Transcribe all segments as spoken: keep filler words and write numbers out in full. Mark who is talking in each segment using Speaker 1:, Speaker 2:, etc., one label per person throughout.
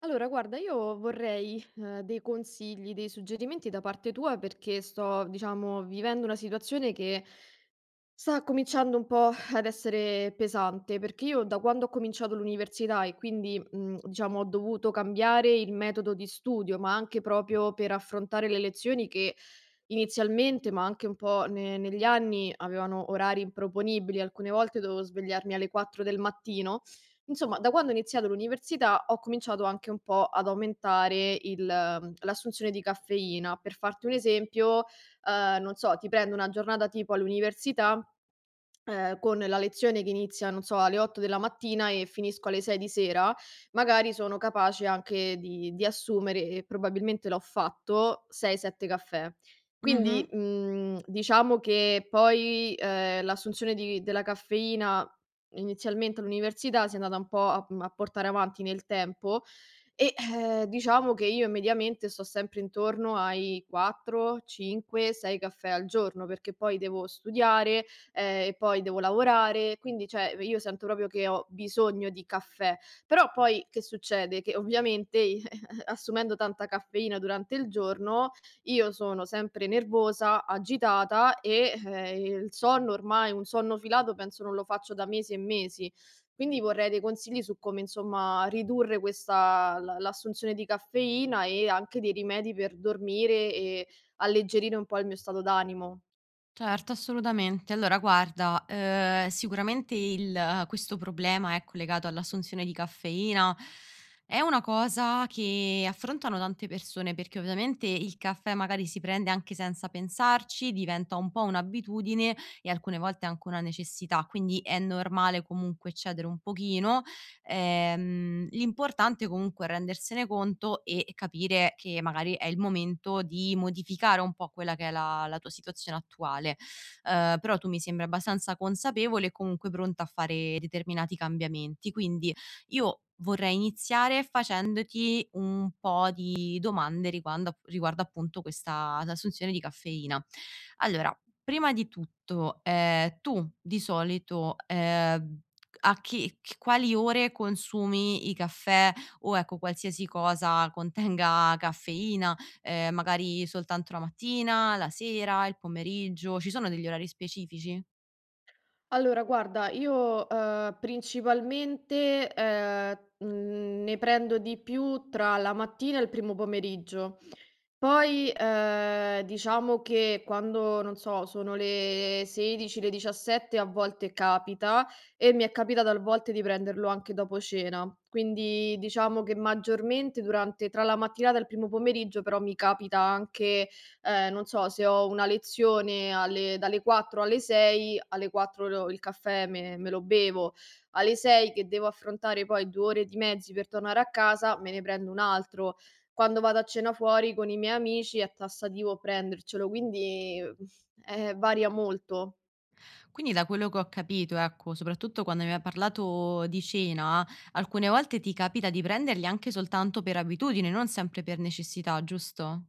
Speaker 1: Allora, guarda, io vorrei, ehm, dei consigli, dei suggerimenti da parte tua perché sto, diciamo, vivendo una situazione che sta cominciando un po' ad essere pesante, perché io da quando ho cominciato l'università e quindi, mhmm, diciamo ho dovuto cambiare il metodo di studio, ma anche proprio per affrontare le lezioni che inizialmente, ma anche un po' ne negli anni, avevano orari improponibili, alcune volte dovevo svegliarmi alle quattro del mattino. Insomma, da quando ho iniziato l'università ho cominciato anche un po' ad aumentare il mhmm, l'assunzione di caffeina. Per farti un esempio, uhm, non so, ti prendo una giornata tipo all'università, ehm, con la lezione che inizia, non so, alle otto della mattina e finisco alle sei di sera, magari sono capace anche di di assumere, e probabilmente l'ho fatto, sei, sette caffè.
Speaker 2: Mh-mh.
Speaker 1: Quindi, mhmm, diciamo che poi, ehm, l'assunzione di della caffeina inizialmente all'università si è andata un po' a mhmm, a portare avanti nel tempo e, ehm, diciamo che io mediamente sto sempre intorno ai quattro, cinque, sei caffè al giorno, perché poi devo studiare, ehm, e poi devo lavorare, quindi cioè io sento proprio che ho bisogno di caffè. Però poi che succede? Che ovviamente i assumendo tanta caffeina durante il giorno, io sono sempre nervosa, agitata e, ehm, il sonno, ormai un sonno filato penso non lo faccio da mesi e mesi. Quindi vorrei dei consigli su come, insomma, ridurre questa la l'assunzione di caffeina e anche dei rimedi per dormire e alleggerire un po' il mio stato d'animo.
Speaker 2: Certo, assolutamente. Allora guarda, ehm, sicuramente il eh, questo problema, ecco, legato all'assunzione di caffeina è una cosa che affrontano tante persone, perché ovviamente il caffè magari si prende anche senza pensarci, diventa un po' un'abitudine e alcune volte anche una necessità, quindi è normale comunque cedere un pochino. Ehm, l'importante comunque è rendersene conto e capire che magari è il momento di modificare un po' quella che è la la tua situazione attuale. Uhm, però tu mi sembri abbastanza consapevole e comunque pronta a fare determinati cambiamenti. Quindi io vorrei iniziare facendoti un po' di domande riguando app riguardo appunto questa assunzione di caffeina. Allora, prima di tutto, ehm, tu di solito, ehm a che c quali ore consumi i caffè o ecco qualsiasi cosa contenga caffeina, ehm, magari soltanto la mattina, la sera, il pomeriggio, ci sono degli orari specifici?
Speaker 1: Allora guarda, io, uhm, principalmente, ehm, mhmm, ne prendo di più tra la mattina e il primo pomeriggio, poi, ehm, diciamo che quando, non so, sono le sedici, le diciassette, a volte capita e mi è capitato a volte di prenderlo anche dopo cena. Quindi diciamo che maggiormente durante tra la mattinata e il primo pomeriggio, però mi capita anche, ehm, non so, se ho una lezione alle dalle quattro alle sei, alle quattro lo il caffè me me lo bevo, alle sei che devo affrontare poi due ore di mezzi per tornare a casa, me ne prendo un altro. Quando vado a cena fuori con i miei amici è tassativo prendercelo, quindi, mhmm, eh, varia molto.
Speaker 2: Quindi da quello che ho capito, ecco, soprattutto quando mi hai parlato di cena, alcune volte ti capita di prenderli anche soltanto per abitudine, non sempre per necessità, giusto?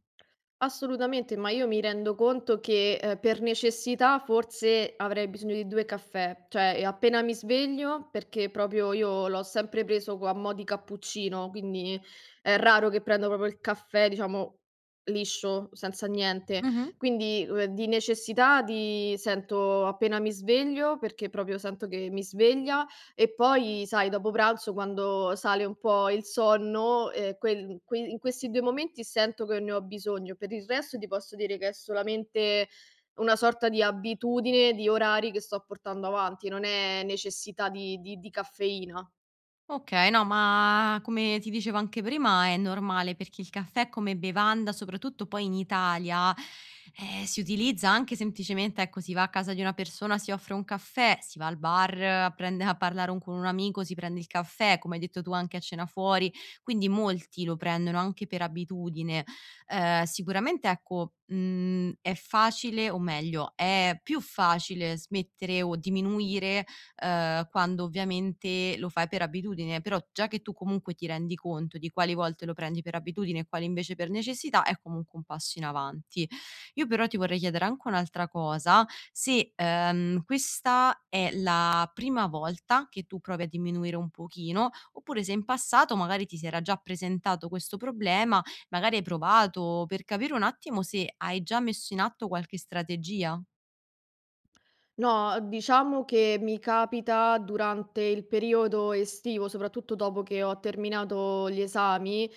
Speaker 1: Assolutamente, ma io mi rendo conto che, ehm, per necessità forse avrei bisogno di due caffè, cioè appena mi sveglio, perché proprio io l'ho sempre preso co a mo' di cappuccino, quindi è raro che prendo proprio il caffè, diciamo, liscio, senza niente.
Speaker 2: Mh-mh.
Speaker 1: Quindi, uhm, di necessità di sento appena mi sveglio, perché proprio sento che mi sveglia. E poi sai, dopo pranzo quando sale un po' il sonno, ehm, quel qui in questi due momenti sento che ne ho bisogno. Per il resto ti posso dire che è solamente una sorta di abitudine, di orari che sto portando avanti, non è necessità di di di caffeina.
Speaker 2: Okay, no, ma come ti dicevo anche prima è normale perché il caffè come bevanda, soprattutto poi in Italia, ehm, si utilizza anche semplicemente ecco, si va a casa di una persona, si offre un caffè, si va al bar a prende a parlare un con un amico, si prende il caffè, come hai detto tu anche a cena fuori, quindi molti lo prendono anche per abitudine. Ehm, sicuramente ecco, mhmm, è facile o meglio è più facile smettere o diminuire ehm, quando ovviamente lo fai per abitudine, però già che tu comunque ti rendi conto di quali volte lo prendi per abitudine e quali invece per necessità, è comunque un passo in avanti. Io però ti vorrei chiedere anche un'altra cosa, se, ehm, questa è la prima volta che tu provi a diminuire un pochino, oppure se in passato magari ti si era già presentato questo problema, magari hai provato per capire un attimo se hai già messo in atto qualche strategia.
Speaker 1: No, diciamo che mi capita durante il periodo estivo, soprattutto dopo che ho terminato gli esami,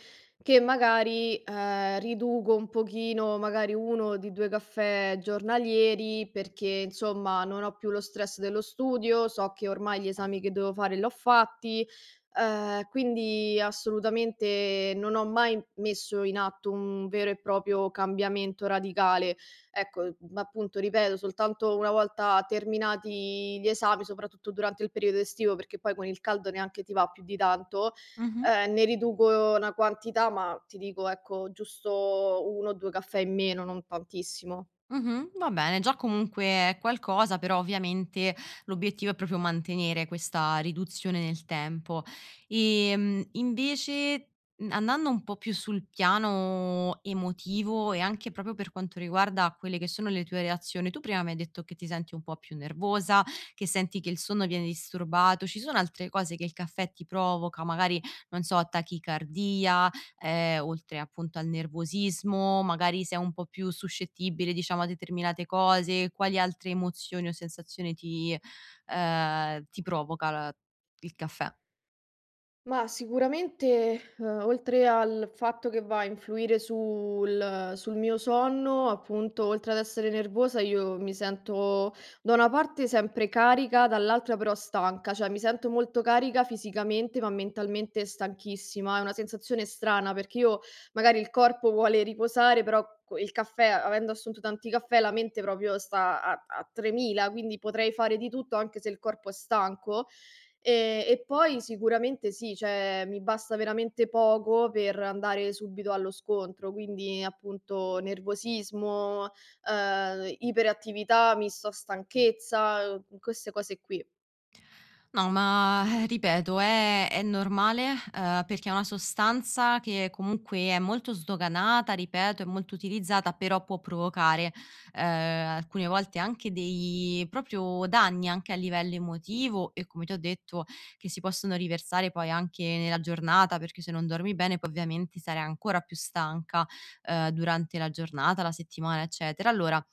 Speaker 1: che magari, eh, riduco un pochino, magari uno di due caffè giornalieri, perché insomma non ho più lo stress dello studio, so che ormai gli esami che devo fare li ho fatti, eh, quindi assolutamente non ho mai messo in atto un vero e proprio cambiamento radicale. Ecco, mhmm, appunto ripeto, soltanto una volta terminati gli esami, soprattutto durante il periodo estivo, perché poi con il caldo neanche ti va più di tanto,
Speaker 2: Mhm.
Speaker 1: ehm, ne riduco una quantità, ma ti dico, ecco, giusto uno o due caffè in meno, non tantissimo.
Speaker 2: Mh-mh, va bene, già comunque è qualcosa, però ovviamente l'obiettivo è proprio mantenere questa riduzione nel tempo. Ehm, invece, mhmm, andando un po' più sul piano emotivo e anche proprio per quanto riguarda quelle che sono le tue reazioni, tu prima mi hai detto che ti senti un po' più nervosa, che senti che il sonno viene disturbato, ci sono altre cose che il caffè ti provoca, magari non so, tachicardia, ehm, oltre appunto al nervosismo, magari sei un po' più suscettibile, diciamo, a determinate cose, quali altre emozioni o sensazioni ti ehm, ti provoca la il caffè?
Speaker 1: Ma sicuramente, uhm, oltre al fatto che va a influire sul sul mio sonno, appunto, oltre ad essere nervosa io mi sento da una parte sempre carica, dall'altra però stanca, cioè mi sento molto carica fisicamente, ma mentalmente stanchissima. È una sensazione strana, perché io magari il corpo vuole riposare, però co il caffè, avendo assunto tanti caffè, la mente proprio sta a a tremila, quindi potrei fare di tutto anche se il corpo è stanco. Ehm, e poi sicuramente sì, cioè mi basta veramente poco per andare subito allo scontro, quindi appunto nervosismo, ehm, iperattività, misto a stanchezza, queste cose qui.
Speaker 2: No, ma, eh, ripeto è è normale, ehm, perché è una sostanza che comunque è molto sdoganata, ripeto, è molto utilizzata, però può provocare, ehm, alcune volte anche dei proprio danni, anche a livello emotivo e come ti ho detto che si possono riversare poi anche nella giornata, perché se non dormi bene poi ovviamente sarai ancora più stanca, ehm, durante la giornata, la settimana, eccetera. Allora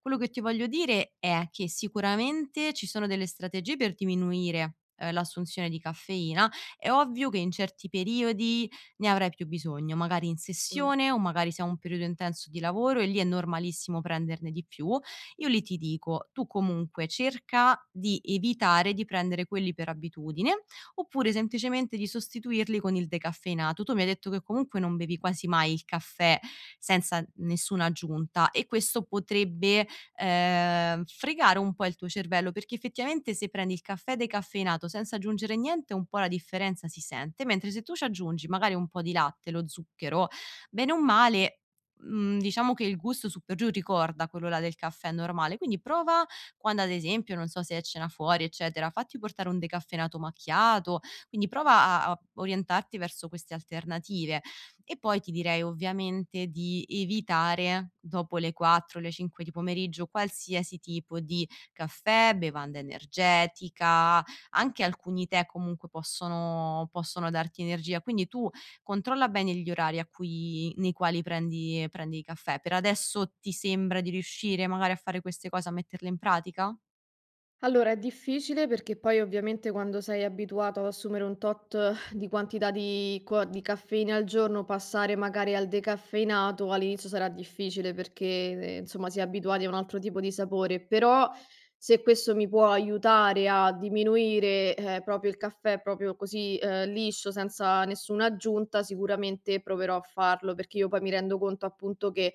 Speaker 2: quello che ti voglio dire è che sicuramente ci sono delle strategie per diminuire, ehm, l'assunzione di caffeina. È ovvio che in certi periodi ne avrai più bisogno, magari in
Speaker 1: Mh.
Speaker 2: sessione o magari se hai un periodo intenso di lavoro e lì è normalissimo prenderne di più. Io lì ti dico: tu comunque cerca di evitare di prendere quelli per abitudine, oppure semplicemente di sostituirli con il decaffeinato. Tu mi hai detto che comunque non bevi quasi mai il caffè senza nessuna aggiunta e questo potrebbe ehm, fregare un po' il tuo cervello, perché effettivamente se prendi il caffè decaffeinato senza aggiungere niente un po' la differenza si sente, mentre se tu ci aggiungi magari un po' di latte, lo zucchero, bene o male, mhmm, diciamo che il gusto su per giù ricorda quello là del caffè normale. Quindi prova quando ad esempio, non so, sei a cena fuori eccetera, fatti portare un decaffeinato macchiato, quindi prova a a orientarti verso queste alternative. E poi ti direi ovviamente di evitare dopo le quattro, le cinque di pomeriggio qualsiasi tipo di caffè, bevanda energetica, anche alcuni tè comunque possono possono darti energia. Quindi tu controlla bene gli orari a cui nei quali prendi prendi il caffè. Per adesso ti sembra di riuscire magari a fare queste cose, a metterle in pratica?
Speaker 1: Allora è difficile perché poi ovviamente quando sei abituato ad assumere un tot, eh, di quantità di co di caffeina al giorno, passare magari al decaffeinato all'inizio sarà difficile perché, ehm, insomma si è abituati a un altro tipo di sapore, però se questo mi può aiutare a diminuire, ehm, proprio il caffè, proprio così, ehm, liscio senza nessuna aggiunta, sicuramente proverò a farlo, perché io poi mi rendo conto appunto che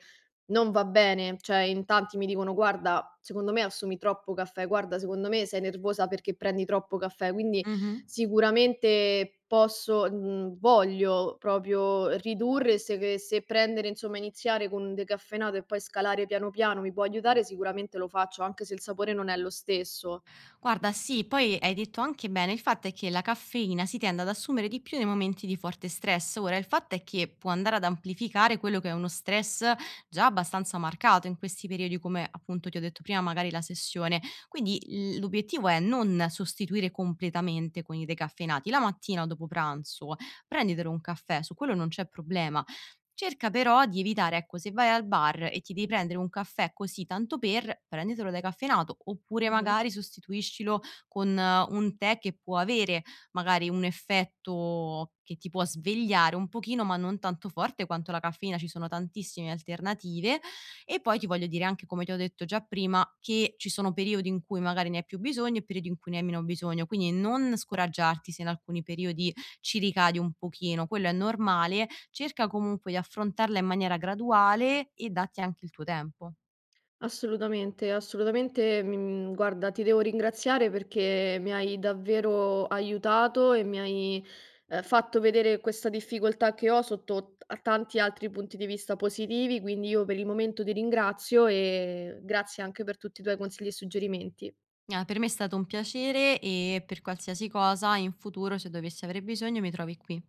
Speaker 1: non va bene. Cioè, in tanti mi dicono: "Guarda, secondo me assumi troppo caffè, guarda secondo me sei nervosa perché prendi troppo caffè". Quindi
Speaker 2: Mh-mh.
Speaker 1: sicuramente posso mhmm, voglio proprio ridurre, se che se prendere, insomma iniziare con un decaffeinato e poi scalare piano piano mi può aiutare, sicuramente lo faccio, anche se il sapore non è lo stesso.
Speaker 2: Guarda, sì, poi hai detto anche bene, il fatto è che la caffeina si tende ad assumere di più nei momenti di forte stress. Ora, il fatto è che può andare ad amplificare quello che è uno stress già abbastanza marcato in questi periodi, come appunto ti ho detto prima, magari la sessione. Quindi l- l'obiettivo è non sostituire completamente con i decaffeinati. La mattina o dopo pranzo prenditelo un caffè, su quello non c'è problema. Cerca però di evitare, ecco, se vai al bar e ti devi prendere un caffè così tanto per, prenditelo decaffeinato oppure
Speaker 1: Mh-mh.
Speaker 2: magari sostituiscilo con eh, un tè che può avere magari un effetto che ti può svegliare un pochino, ma non tanto forte quanto la caffeina, ci sono tantissime alternative. E poi ti voglio dire anche, come ti ho detto già prima, che ci sono periodi in cui magari ne hai più bisogno e periodi in cui ne hai meno bisogno, quindi non scoraggiarti se in alcuni periodi ci ricadi un pochino, quello è normale. Cerca comunque di affrontarla in maniera graduale e datti anche il tuo tempo.
Speaker 1: Assolutamente, assolutamente. mhmm, guarda, ti devo ringraziare perché mi hai davvero aiutato e mi hai, ehm, fatto vedere questa difficoltà che ho sotto t a tanti altri punti di vista positivi, quindi io per il momento ti ringrazio e grazie anche per tutti i tuoi consigli e suggerimenti.
Speaker 2: Ah, per me è stato un piacere e per qualsiasi cosa in futuro, se dovessi avere bisogno, mi trovi qui.